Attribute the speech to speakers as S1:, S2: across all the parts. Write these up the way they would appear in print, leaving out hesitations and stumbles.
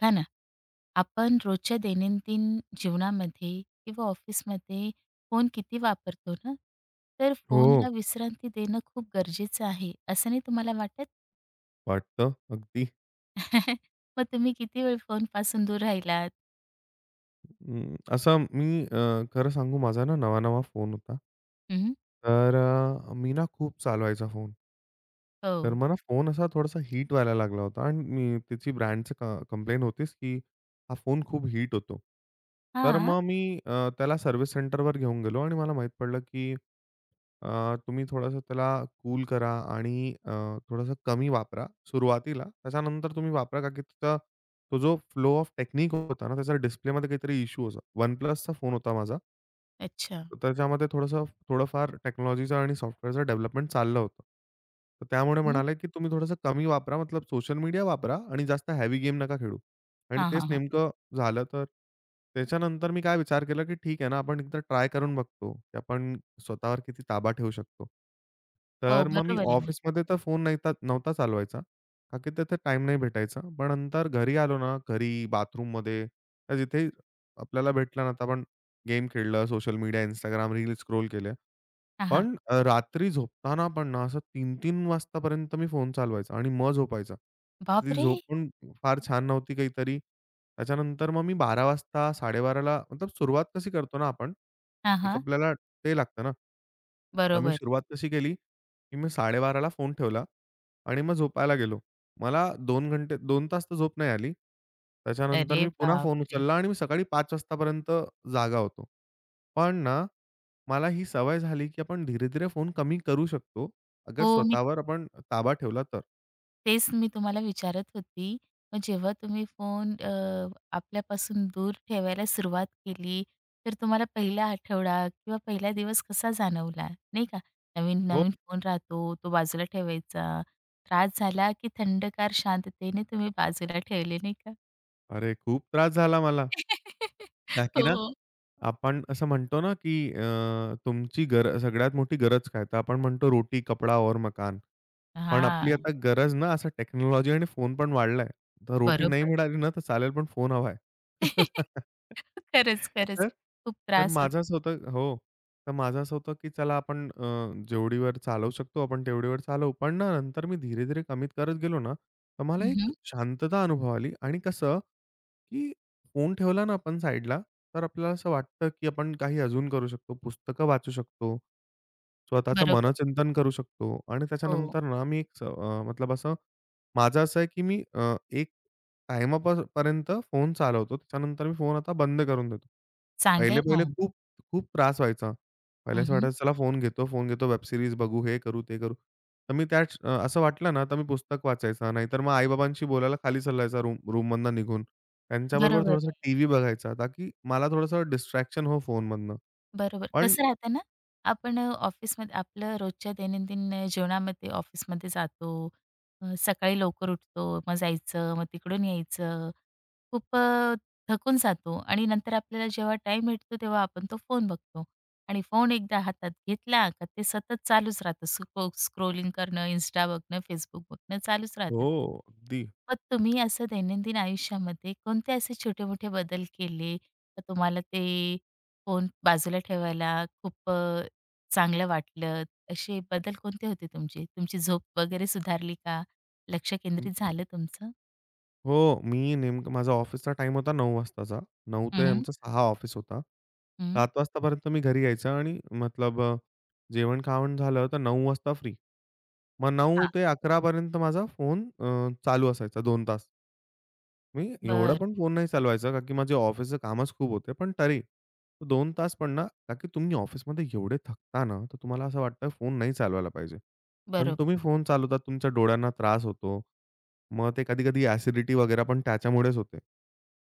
S1: बघा ना, आपण रोजच्या दैनंदिन जीवनामध्ये किंवा ऑफिसमध्ये फोन किती वापरतो ना, तर
S2: हो,
S1: फोनला विश्रांती देणं खूप गरजेचं आहे, असं नाही तुम्हाला वाटत?
S2: वाटतं अगदी.
S1: मग तुम्ही किती वेळ फोनपासून दूर राहिलात?
S2: अं, असा मी अ, खरं सांगू माझा ना नवा-नवा फोन होता.
S1: हं.
S2: तर मी ना खूप चालवायचा फोन.
S1: हो.
S2: तर मला फोन असा थोडासा हीट व्हायला लागला होता आणि मी त्याची ब्रँडचं कंप्लेन होतीच, की हा फोन खूप हीट होतो. तर
S1: हां.
S2: मग मी त्याला सर्व्हिस सेंटरवर घेऊन गेलो आणि मला माहीत पडलं, की तुम्ही थोडंसं त्याला कूल करा आणि थोडंसं कमी वापरा सुरुवातीला. त्याच्यानंतर तुम्ही वापरा का की त्याचा तो जो फ्लो ऑफ टेक्निक होता ना, त्याचा डिस्प्लेमध्ये काहीतरी इश्यू होता. OnePlusचा फोन होता माझा.
S1: अच्छा.
S2: तर त्याच्यामध्ये थोडंसं थोडंफार टेक्नॉलॉजीचं आणि सॉफ्टवेअरचं डेव्हलपमेंट चाललं होतं. तर त्यामुळे
S1: मग?
S2: म्हणाले, की तुम्ही थोडंसं कमी वापरा, मतलब सोशल मीडिया वापरा आणि जास्त हेवी गेम नका खेळू. आणि
S1: हां,
S2: तेच
S1: हां, हां.
S2: नेमकं झालं. तर त्याच्यानंतर मी काय विचार केला, की ठीक आहे ना, आपण एकदा ट्राय करून बघतो, की आपण स्वतःवर किती ताबा ठेवू शकतो.
S1: हो,
S2: तर मग मी
S1: बरोबर आहे ना.
S2: ऑफिसमध्ये तर फोन नव्हता चालवायचा. का की तिथे टाइम नाही भेटायचा. पण नंतर घरी आलो ना, घरी बाथरूममध्ये तर जिथे आपल्याला भेटला ना, तर आपण गेम खेळलं, social media, Instagram, reel scroll केले.
S1: हां, हां.
S2: पण रात्री झोपताना पण ना, असं 3-3 वाजतापर्यंत मी फोन चालवायचा आणि मग झोपायचा. तर ती
S1: बापरे!
S2: झोप पण फार छान नव्हती काहीतरी. त्याच्यानंतर मग मी 12 वाजता 12:30 मतलब सुरुवात कशी करतो ना आपण,
S1: हां,
S2: एक
S1: हां.
S2: आपल्याला ते लागतं ना. तर मी
S1: बरोबर.
S2: सुरुवात कशी केली, की मी 12:30 फोन ठेवला आणि मग झोपायला गेलो. मला 2 तास तर झोप नाही आली. त्याच्यानंतर
S1: अरे
S2: मी पुन्हा फोन
S1: बापरे!
S2: उचलला आणि मी सकाळी 5 वाजतापर्यंत जागा होतो. पण ना, मला ही सवय झाली, की आपण धीरे-धीरे फोन कमी करू शकतो, अगर
S1: हो, मी
S2: स्वतःवर आपण ताबा ठेवला तर.
S1: तेच मी तुम्हाला विचारत होती. मग जेव्हा तुम्ही फोन आपल्यापासून दूर ठेवायला सुरुवात केली, तर तुम्हाला पहिला आठवडा किंवा पहिला दिवस कसा जाणवला? नाही का.
S2: हो.
S1: नवीन-नवीन फोन राहतो, तो बाजूला ठेवायचा. त्रास झाला, की थंडगार शांततेने तुम्ही बाजूला ठेवले, नाही का?
S2: अरे, खूप त्रास झाला मला. का की ना,
S1: हो.
S2: आपण असं म्हणतो ना, की तुमची सगळ्यात मोठी गरज काय? तर आपण म्हणतो रोटी, कपडा और मकान. पण आपली
S1: हां,
S2: आता गरज ना, असं टेक्नॉलॉजी आणि फोन पण वाढलाय. तर रोटी नाही
S1: बरोबर.
S2: मिळाली ना, तर चालेल, पण फोन हवा आहे.
S1: खरंच, खरंच.
S2: तर
S1: खूप
S2: तर
S1: त्रास
S2: माझं
S1: होतो.
S2: असं होतं हो. तर माझं असं होतं, की चला आपण जेवढी चालवू शकतो आपण तेवढी चालवू. पण ना, नंतर मी धीरे-धीरे कमी करत गेलो ना, तर मला
S1: हं,
S2: एक
S1: हं.
S2: शांतता अनुभवाली आणि कसं की फोन ठेवला ना आपण साईडला, तर आपल्याला असं वाटतं, की आपण काही अजून करू शकतो. पुस्तकं वाचू शकतो. स्वतःचं
S1: बरोबर.
S2: मनचिंतन करू शकतो आणि
S1: हो,
S2: त्याच्यानंतर ना मी एक अ, मतलब असं माझं असं आहे, की मी एक टाईमाप पर्यंत फोन चालवतो. त्याच्यानंतर मी फोन आता बंद करून देतो.
S1: चांगलं आहे ना.
S2: पहिले-पहिले खूप, खूप त्रास व्हायचा. पहिले असं
S1: हं,
S2: वाटायचं चला फोन घेतो, फोन घेतो, वेब सीरीज बघू, हे करू, ते करू. तर मी असं वाटलं ना, तर मी पुस्तक वाचायचा. नाहीतर मग आई-बाबांशी बोलायला खाली चालायचा रूममधनं निघून. त्यांच्याबरोबर
S1: बरोबर
S2: थोडंसं
S1: आहे.
S2: टीव्ही बघायचा, ताकी मला थोडंसं डिस्ट्रॅक्शन हो फोनमधनं.
S1: बरोबर.
S2: पण
S1: कसं राहतं ना, आपण ऑफिसमध्ये आपलं रोजच्या दैनंदिन जीवनामध्ये ऑफिसमध्ये जातो, सकाळी लवकर उठतो, मग जायचं, मग तिकडून यायचं. खूप थकून जातो आणि नंतर आपल्याला जेव्हा टाइम भेटतो तेव्हा आपण तो फोन बघतो आणि फोन एकदा हातात घेतला का ते सतत चालूच राहतं. स्क्रोलिंग करणं, Insta बघणं, Facebook बघणं चालूच राहतं.
S2: हो, अगदी.
S1: मग तुम्ही असं दैनंदिन आयुष्यामध्ये कोणते असे छोटे-मोठे बदल केले, तर तुम्हाला ते फोन बाजूला ठेवायला खूप चांगलं वाटलं? असे बदल कोणते होते तुमचे? तुमची झोप वगैरे सुधारली का? लक्ष केंद्रित झालं तुमचं?
S2: हो, मी नेमकं माझा ऑफिसचा टाईम होता 9:00 वाजताचा. 9 ते
S1: हं,
S2: आमचं 6 ऑफिस होता.
S1: हं.
S2: 7 वाजतापर्यंत मी घरी यायचं आणि मतलब जेवण-खावण झालं तर 9 वाजता फ्री. मग 9
S1: हां.
S2: ते 11 पर्यंत माझा फोन चालू असायचा 2 तास. मी एवढा
S1: बरं.
S2: पण फोन नाही चालवायचा, का की माझे ऑफिसचं कामच खूप होते. पण तरी 2 तास पण ना, का की तुम्ही ऑफिसमध्ये एवढे थकता ना, तर तुम्हाला असं वाटतं फोन नाही चालवायला पाहिजे. पण
S1: बरोबर.
S2: तुम्ही फोन चालवता, तुमच्या डोळ्यांना त्रास होतो. मग ते कधी-कधी ॲसिडिटी वगैरे पण त्याच्यामुळेच होते.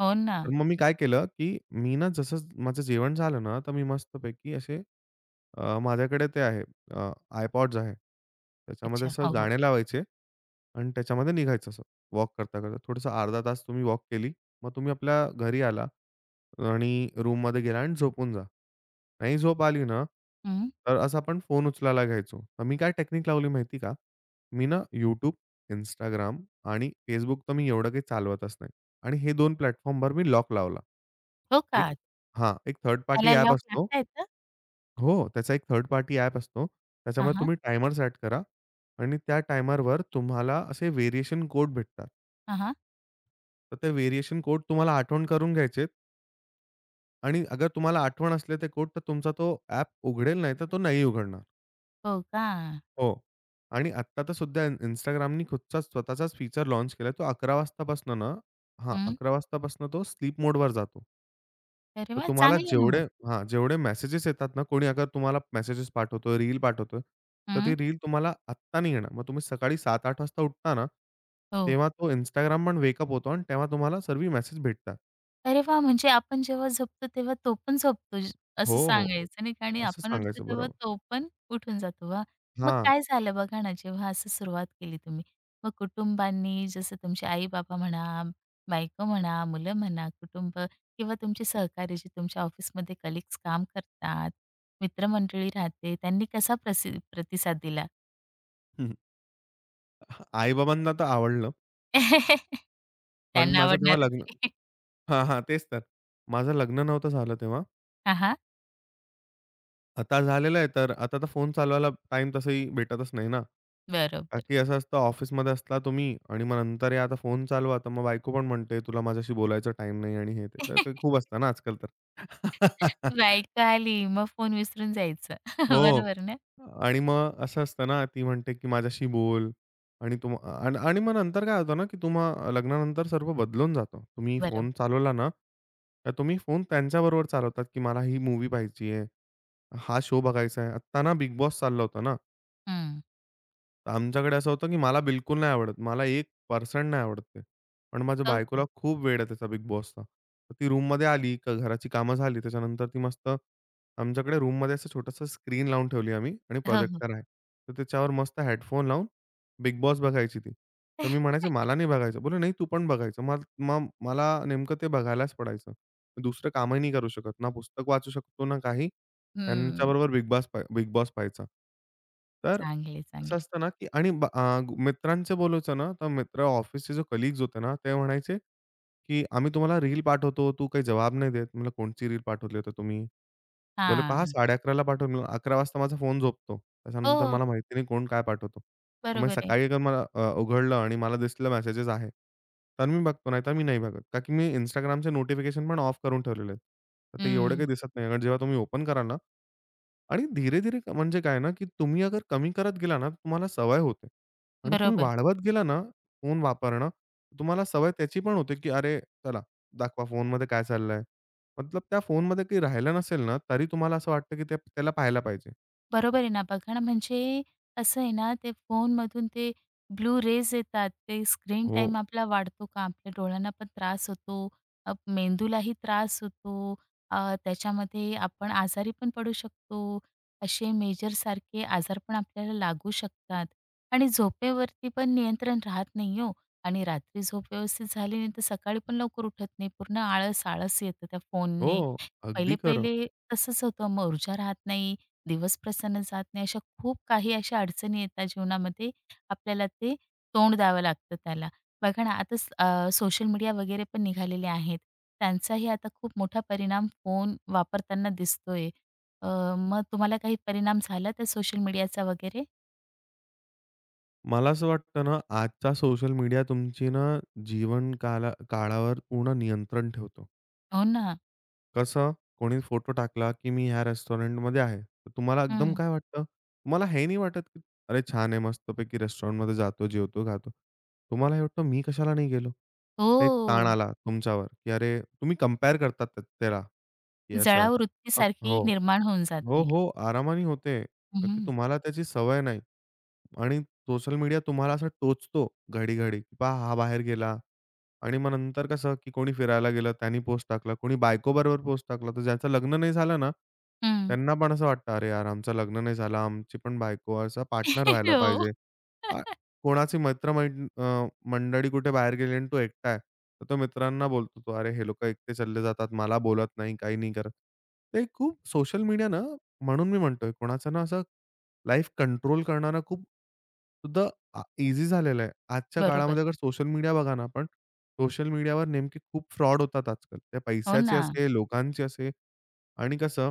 S1: हो ना.
S2: तर मग मी काय केलं, की मी ना जसं माझं जेवण झालं ना, तर मी मस्तपैकी असे माझ्याकडे ते अ, आहे. त्याच्यामध्ये
S1: अच्छा.
S2: असं
S1: हो, हो.
S2: गाणे लावायचे आणि त्याच्यामध्ये निघायचं वॉक करता-करता. थोडंसं अर्धा तास तुम्ही वॉक केली. मग तुम्ही आपल्या घरी आला आणि रूममध्ये गेला आणि झोपून जा. नाही झोप आली ना,
S1: हं.
S2: तर असं आपण फोन उचलायला घ्यायचो. तर मी काय टेक्निक लावली माहिती का? मी ना YouTube, इंस्टाग्राम आणि Facebook तर मी एवढं काही चालवतच नाही. आणि हे 2 प्लॅटफॉर्मवर मी लॉक लावला.
S1: हो का?
S2: एक हां, एक थर्ड पार्टी
S1: त्याला
S2: ॲप
S1: लॉक
S2: असतो.
S1: लागता येतं?
S2: हो, त्याचा एक थर्ड पार्टी ॲप असतो.
S1: हां,
S2: त्याच्यामध्ये
S1: हां.
S2: तुम्ही टायमर सेट करा आणि त्या टायमरवर तुम्हाला असे व्हेरिएशन कोड भेटतात.
S1: हां, हां.
S2: तर ते व्हेरिएशन कोड तुम्हाला आठवण करून घ्यायचेत आणि अगर तुम्हाला आठवण असले ते कोड, तर तुमचा तो ॲप उघडेल, नाही तर तो नाही उघडणार.
S1: हो का?
S2: हो. आणि आत्ता तर सुद्धा Instagramनी स्वतःचाच फीचर लाँच केलाय. तो 11:00 वाजतापासनं ना हां,
S1: हं.
S2: 11:00 वाजतापासनं तो स्लीप मोडवर जातो.
S1: अरे
S2: तर
S1: वाह!
S2: तुम्हाला
S1: चांगली आहे ना मग.
S2: जेवढे मेसेजेस येतात ना, कोणी अगर तुम्हाला मेसेजेस पाठवतोय, रील पाठवतोय, तर ती
S1: हं.
S2: रील तुम्हाला आत्ता नाही येणार. मग तुम्ही सकाळी 7:00-8:00 वाजता उठता ना,
S1: हो.
S2: तेव्हा तो Instagram पण वेकअप होतो आणि तेव्हा तुम्हाला सर्व मेसेज भेटतात.
S1: अरे वाह! म्हणजे आपण जेव्हा झोपतो तेव्हा तो पण झोपतो ज
S2: हो,
S1: असं हां.
S2: हो.
S1: सांगायचं नाही का आणि
S2: असं
S1: आपण उठतो
S2: सांगायचं
S1: तेव्हा
S2: बरोबर.
S1: तो पण उठून जातो. वाह! मग
S2: हां.
S1: काय झालं बघा ना, जेव्हा असं सुरुवात केली तुम्ही, मग कुटुंबांनी जसं तुमचे आई-बाबा म्हणा, बायको म्हणा, मुलं म्हणा, कुटुंब किंवा तुमचे सहकारी जे तुमच्या ऑफिसमध्ये कलीग्स काम करतात, मित्रमंडळी राहते, त्यांनी कसा प्रतिसाद दिला?
S2: हं. आई-बाबांना तर आवडलं. पण
S1: त्यांना
S2: माझं तेव्हा
S1: आवडणारच
S2: लग्न
S1: आहे.
S2: हां, हां. तेच तर. माझं लग्न नव्हतं झालं तेव्हा.
S1: हां, हां.
S2: आता झालेलं आहे तर आता तर फोन चालवायला टाईम तसंही भेटतच नाही ना. का
S1: बरोबर.
S2: की असं असतं ऑफिसमध्ये असता तुम्ही आणि मग नंतर या आता फोन चालवा तर मग बायको पण म्हणते, "तुला माझ्याशी बोलायचा टाईम नाही" आणि हे ते. तर ते खूप असतं ना आजकाल तर.
S1: बाईक आली, मग फोन विसरून जायचं.
S2: हो.
S1: बरोबर ना?
S2: आणि मग असं असतं ना, ती म्हणते की "माझ्याशी बोल" आणि तुम आणि आणि मग नंतर काय होतं ना, की तुम्हा लग्नानंतर सर्व बदलून जातं. तुम्ही फोन
S1: बरोबर.
S2: चालवला ना, तर तुम्ही फोन त्यांच्याबरोबर चालवतात, की "मला ही मूवी पाहायची आहे, हा शो बघायचा आहे." आत्ता ना, बिग बॉस चाललं होतं ना.
S1: हं.
S2: आमच्याकडे असं होतं, की मला बिलकुल नाही आवडत. मला 1% नाही आवडत ते. पण माझ्या
S1: हो
S2: बायकोला खूप वेड आहे त्याचा बिग बॉसचा. तर ती रूममध्ये आली, का घराची कामं झाली. त्याच्यानंतर ती मस्त आमच्याकडे रूममध्ये असं छोटंसं स्क्रीन लावून ठेवली आम्ही आणि
S1: हो.
S2: प्रोजेक्टर आहे. तर त्याच्यावर मस्त हेडफोन लावून बिग बॉस बघायची ती. तर मी म्हणायचं, "मला नाही बघायचं." बोलले, "नाही, तू पण बघायचं." मग मग मला नेमकं ते बघायलाच पडायचं. मी दुसरं कामही नाही करू शकत. ना पुस्तक वाचू शकतो, ना काही.
S1: हं.
S2: त्यांच्याबरोबर बिग बॉस पाहायचा. तर
S1: चांगले,
S2: कसं
S1: चांगले.
S2: असतं ना, की आणि मित्रांचं बोलायचं ना, तर मित्र ऑफिसचे जे कलीग्स होते ना, ते म्हणायचे, की "आम्ही तुम्हाला रील पाठवतो, तू काही जवाब नाही देत." म्हणलं, "कोणची रील पाठवली होती तुम्ही?" बोले "पहा
S1: हां.
S2: 11:30 ला पाठवली." म्हणलं, "11 वाजता माझा फोन झोपतो. त्याच्यानंतर
S1: हो,
S2: मला माहिती नाही कोण काय पाठवतो." तर मग
S1: बरोबर आहे.
S2: सकाळी अगर मला उघडलं आणि मला दिसलं मेसेजेस आहे, तर मी बघतो, नाहीतर मी नाही बघत. का की मी Instagramचे नोटिफिकेशन पण ऑफ करून ठेवलेले आहेत. तर ते एवढे काही
S1: हं.
S2: दिसत नाही. कारण जेव्हा तुम्ही ओपन कराल ना आणि धीरे-धीरे म्हणजे काय ना, की तुम्ही अगर कमी करत गेला ना, तुम्हाला सवय होते आणि तुम्ही
S1: बरोबर.
S2: वाढवत गेला ना, फोन वापरणं, तुम्हाला सवय त्याची पण होते, की अरे चला दाखवा फोनमध्ये काय चाललंय. मतलब त्या फोनमध्ये काही राहिलं नसेल ना, तरी तुम्हाला असं वाटतं, की ते त्याला पाहायला पाहिजे.
S1: बरोबर आहे ना. बघा ना, म्हणजे असं आहे ना, ते फोनमधून ते ब्लू रेज येतात. ते स्क्रीन
S2: हो.
S1: टाईम आपला वाढतो का? आपल्या डोळ्यांना पण त्रास होतो, अ, मेंदूलाही त्रास होतो. त्याच्यामध्ये आपण आजारी पण पडू शकतो. असे मेजरसारखे आजार पण आपल्याला लागू शकतात आणि झोपेवरती पण नियंत्रण राहत नाही हो. आणि रात्री झोप व्यवस्थित झाली नाही, तर सकाळी पण लवकर उठत नाही. पूर्ण आळस, आळस येतं त्या
S2: हो,
S1: फोनने
S2: अगदी खरं.
S1: पहिले-पहिले तसंच होतं. मग ऊर्जा राहत नाही, दिवस प्रसन्न जात नाही. अशा खूप काही अशा अडचणी येतात जीवनामध्ये. आपल्याला ते तोंड द्यावं लागतं त्याला. बघा ना, आता सोशल मीडिया वगैरे पण निघालेले आहेत. त्यांचाही आता खूप मोठा परिणाम फोन वापरताना दिसतोय. अ, मग तुम्हाला काही परिणाम झाला त्या सोशल मीडियाचा वगैरे?
S2: मला असं वाटतं ना, आजचा सोशल मीडिया तुमची ना, जीवन काला काळावर पूर्ण नियंत्रण ठेवतो.
S1: हो ना.
S2: कसं? कोणी फोटो टाकला, की मी ह्या रेस्टॉरंटमध्ये आहे. तर तुम्हाला एकदम
S1: हं.
S2: काय वाटतं? तुम्हाला हे नाही वाटत, की "अरे छान आहे, मस्तपैकी रेस्टॉरंटमध्ये जातो, जेवतो, खातो." तुम्हाला हे वाटतं, "मी कशाला नाही गेलो?"
S1: हो.
S2: एक ताण आला तुमच्यावर, की अरे तुम्ही कंपेअर करतात त्या त्याला, की असं आहे.
S1: जळाऊ
S2: मग
S1: वृत्तीसारखी
S2: हो.
S1: निर्माण होऊन
S2: हो,
S1: जाते.
S2: हो. आरामाने होते.
S1: हं,
S2: का की
S1: हं.
S2: तुम्हाला त्याची सवय नाही आणि सोशल मीडिया तुम्हाला असं टोचतो घडी-घडी, की "पहा हा बाहेर गेला." आणि मग नंतर कसं, की कोणी फिरायला गेलं त्यानी पोस्ट टाकला, कोणी बायकोबरोबर पोस्ट टाकला. तर ज्याचं लग्न नाही झालं ना, त्यांना पण असं वाटतं, "अरे यार, आमचं लग्न नाही झालं, आमची पण बायको असा पार्टनर व्हायला
S1: हो.
S2: पाहिजे." आ कोणाची मंडळी कुठे बाहेर गेली आणि तो एकटा आहे. तर तो मित्रांना बोलतो तो, "अरे हे लोकं एकटे चालले जातात, मला बोलत नाही, काही नाही करत." ते खूप सोशल मीडिया ना म्हणून मी म्हणतोय कोणाचं ना असं लाईफ कंट्रोल करणारा खूप सुद्धा ईझी झालेलं आहे. आजच्या
S1: बरोबर.
S2: काळामध्ये अगर सोशल मीडिया बघा ना आपण, सोशल मीडियावर नेमके खूप फ्रॉड होतात आजकाल. ते
S1: हो
S2: पैशाचे
S1: ना.
S2: असे, लोकांचे असे आणि कसं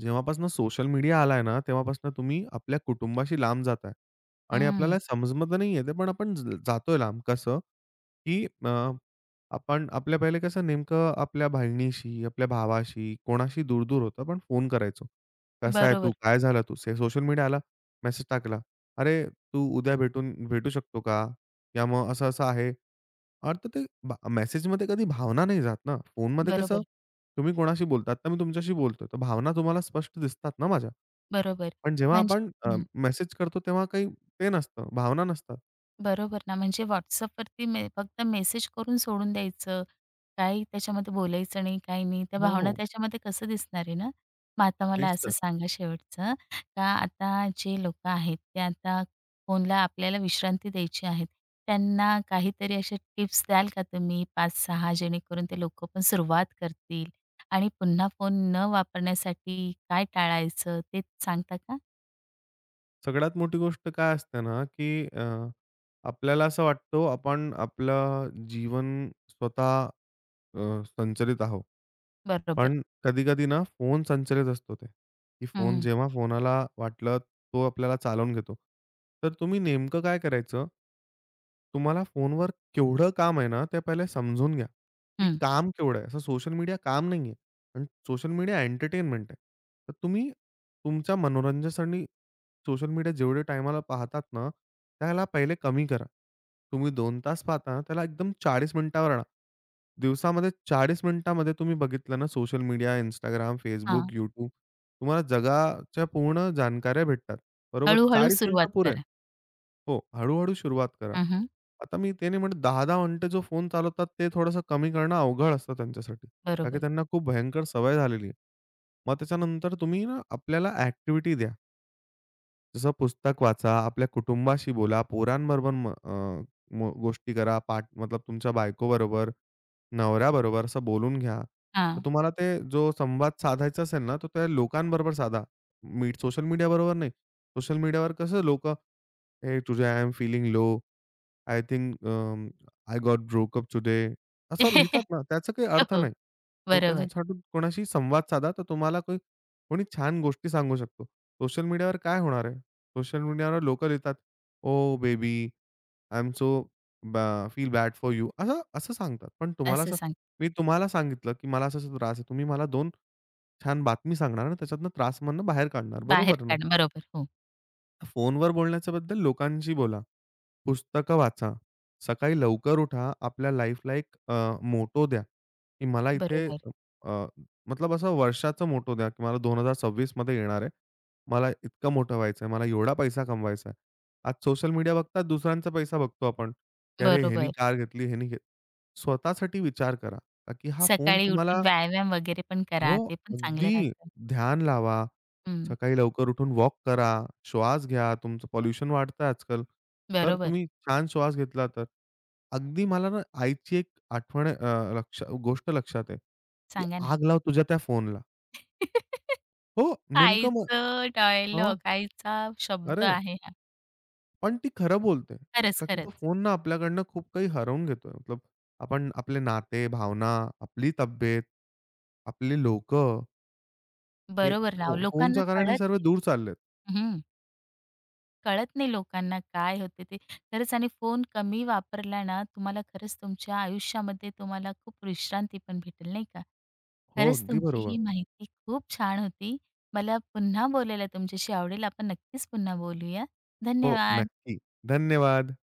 S2: जेव्हापासनं सोशल मीडिया आलाय ना, तेव्हापासनं तुम्ही आपल्या कुटुंबाशी लांब जाताय आणि
S1: हं.
S2: आपल्याला समजमत नाहीये ते, पण आपण जातोय लांब. कसं? की आपण आपल्या पहिले कसं नेमकं आपल्या बहिणीशी, आपल्या भावाशी, कोणाशी दूर-दूर होतो. आपण फोन करायचो. "कसा आहे
S1: बरोबर,
S2: तू? काय झालं तू?" से सोशल मीडिया आला, मेसेज टाकला. "अरे, तू उद्या भेटू शकतो का या मग असं-असं आहे. अर्थात ते मेसेजमध्ये कधी भावना नाही जात ना. फोनमध्ये कसं
S1: बरोबर,
S2: तुम्ही कोणाशी बोलता? आता मी तुमच्याशी बोलतोय, तर भावना तुम्हाला स्पष्ट दिसतात ना माझ्या.
S1: बरोबर.
S2: पण जेव्हा
S1: म्हणजे
S2: आपण
S1: हं,
S2: मेसेज करतो तेव्हा काही ते नसतं, भावना नसतात.
S1: बरोबर ना, म्हणजे WhatsAppवरती मे फक्त मेसेज करून सोडून द्यायचं. काही त्याच्यामध्ये बोलायचं नाही, काही नाही. त्या
S2: हो,
S1: भावना
S2: हो.
S1: त्याच्यामध्ये कसं दिसणार आहे ना? मग आता मला
S2: तेच
S1: असं
S2: तर.
S1: सांगा शेवटचं, का आता जे लोकं आहेत, ते आता फोनला आपल्याला विश्रांती द्यायची आहे. त्यांना काहीतरी अशा टिप्स द्याल का तुम्ही 5-6 जेणेकरून ते लोकं पण सुरुवात करतील आणि पुन्हा फोन न वापरण्यासाठी काय टाळायचं ते सांगता का?
S2: सगळ्यात मोठी गोष्ट काय असते ना, की आपल्याला असं वाटतो आपण आपलं जीवन स्वतः संचलित आहोत.
S1: बरोबर.
S2: पण कधी-कधी ना फोन संचलित असतो ते, की फोन
S1: हं,
S2: जेव्हा फोनाला वाटलं तो आपल्याला चालवून घेतो. तर तुम्ही नेमकं काय करायचं? तुम्हाला फोनवर केवढं काम आहे ना, ते पहिले समजून घ्या, की
S1: हं.
S2: काम केवढं आहे? असं सोशल मीडिया काम नाहीये आणि सोशल मीडिया एंटरटेनमेंट आहे. तर तुम्ही तुमच्या मनोरंजनासाठी सोशल मीडिया जेवढे टायमाला पाहतात ना, त्याला पहिले कमी करा. तुम्ही 2 तास पाहता, त्याला एकदम 40 मिनिटावर आणा. दिवसामध्ये 40 मिनिटामध्ये तुम्ही बघितलं ना सोशल मीडिया, Instagram,
S1: हां.
S2: Facebook, YouTube तुम्हाला जगाच्या पूर्ण जाणकाऱ्या भेटतात. बरोबर?
S1: हळू
S2: 40
S1: सुरुवात
S2: मिनिटं पुरे.
S1: करा.
S2: हो, हळू सुरुवात करा.
S1: हं, हं.
S2: आता मी ते नाही म्हणत 10-10 मिनिटं जो फोन चालवतात ते थोडंसं कमी करणं अवघड असतं त्यांच्यासाठी. कारण की
S1: बरोबर.
S2: त्यांना खूप भयंकर सवय झालेली आहे. मग त्याच्यानंतर तुम्ही ना आपल्याला ॲक्टिव्हिटी द्या. जसं पुस्तक वाचा, आपल्या कुटुंबाशी बोला, पोरांबरोबर म अ, म गोष्टी करा, पाठ मतलब तुमच्या बायकोबरोबर, नवऱ्याबरोबर असं बोलून घ्या. तर
S1: हां.
S2: तुम्हाला ते जो संवाद साधायचा असेल ना, तर त्या लोकांबरोबर साधा. मी सोशल मीडियाबरोबर नाही. सोशल मीडियावर कसं लोकं "Hey, today I am feeling low. I think I got broke up असं लिहितात ना, त्याचा काही अर्थ
S1: हो,
S2: नाही. तो
S1: बरोबर.
S2: त्याच्यासाठी कोणाशी संवाद साधा, तर तुम्हाला कोणी छान गोष्टी सांगू शकतो. सोशल मीडियावर काय होणार आहे? सोशल मीडियावर लोकं लिहितात, oh baby, I am so ब फील बॅड फॉर यू." असं असं सांगतात. पण तुम्हाला
S1: असं
S2: असं
S1: सांग
S2: मी तुम्हाला सांगितलं, की मला असा-असा त्रास आहे. तुम्ही मला 2 छान बातमी सांगणार आणि त्याच्यातनं त्रास बाहेर काढणार.
S1: बाहेर
S2: बरोबर ना?
S1: काढणं. बरोबर. हो.
S2: फोनवर बोलण्याच्या बद्दल लोकांशी बोला. पुस्तकं वाचा. सकाळी लवकर उठा. आपल्या लाईफला एक मोटो द्या, की मला इथे
S1: बरोबर,
S2: अ, मतलब असं वर्षाचं मोटो द्या, की मला 2026 मध्ये येणार आहे. मला इतकं मोठं व्हायचंय. मला एवढा पैसा कमवायचा आहे. आज सोशल मीडिया बघता दुसऱ्यांचा पैसा बघतो आपण, की अरे ह्यानी
S1: बरोबर.
S2: कार घेतली, ह्यानी घेत स्वतःसाठी विचार करा. का की हा फोन
S1: सकाळी उठून
S2: तुम्हाला
S1: व्यायाम वगैरे पण करा.
S2: हो,
S1: ते पण चांगलं
S2: अगदी.
S1: राहतं.
S2: ध्यान लावा.
S1: हं.
S2: सकाळी लवकर उठून वॉक करा. श्वास घ्या. तुमचं पोल्युशन वाढतं आजकाल. तर
S1: बरोबर.
S2: तुम्ही छान श्वास घेतला तर. अगदी मला ना आईची एक आठवण अ, लक्ष गोष्ट लक्षात आहे, की
S1: सांगा ना.
S2: "आग लाव तुझ्या त्या फोनला." हो, नेमकं मग
S1: आईचं
S2: हो.
S1: डायलॉग, आईचा शब्द
S2: अरे,
S1: आहे हा.
S2: पण ती खरं बोलते.
S1: खरंच,
S2: का की तो
S1: खरंच.
S2: फोन ना आपल्याकडनं खूप काही हरवून घेतोय. मतलब आपण आपले नाते, भावना, आपली तब्येत, आपली लोकं हे
S1: बरोबर ना, लोकांना
S2: फोनच्या कारण हे
S1: कळत
S2: सर्व
S1: नाही.
S2: दूर चाललेत.
S1: हं. कळत नाही लोकांना काय होते ते. खरंच आणि फोन कमी वापरला ना, तुम्हाला खरंच तुमच्या आयुष्यामध्ये तुम्हाला खूप विश्रांती पण भेटेल, नाही का?
S2: हो,
S1: खरंच
S2: अगदी
S1: तुमची
S2: बरोबर.
S1: ही माहिती खूप छान होती. मला पुन्हा बोलायला तुमच्याशी आवडेल. आपण नक्कीच पुन्हा बोलूया.
S2: हो,
S1: धन्यवाद.
S2: नक्की. धन्यवाद.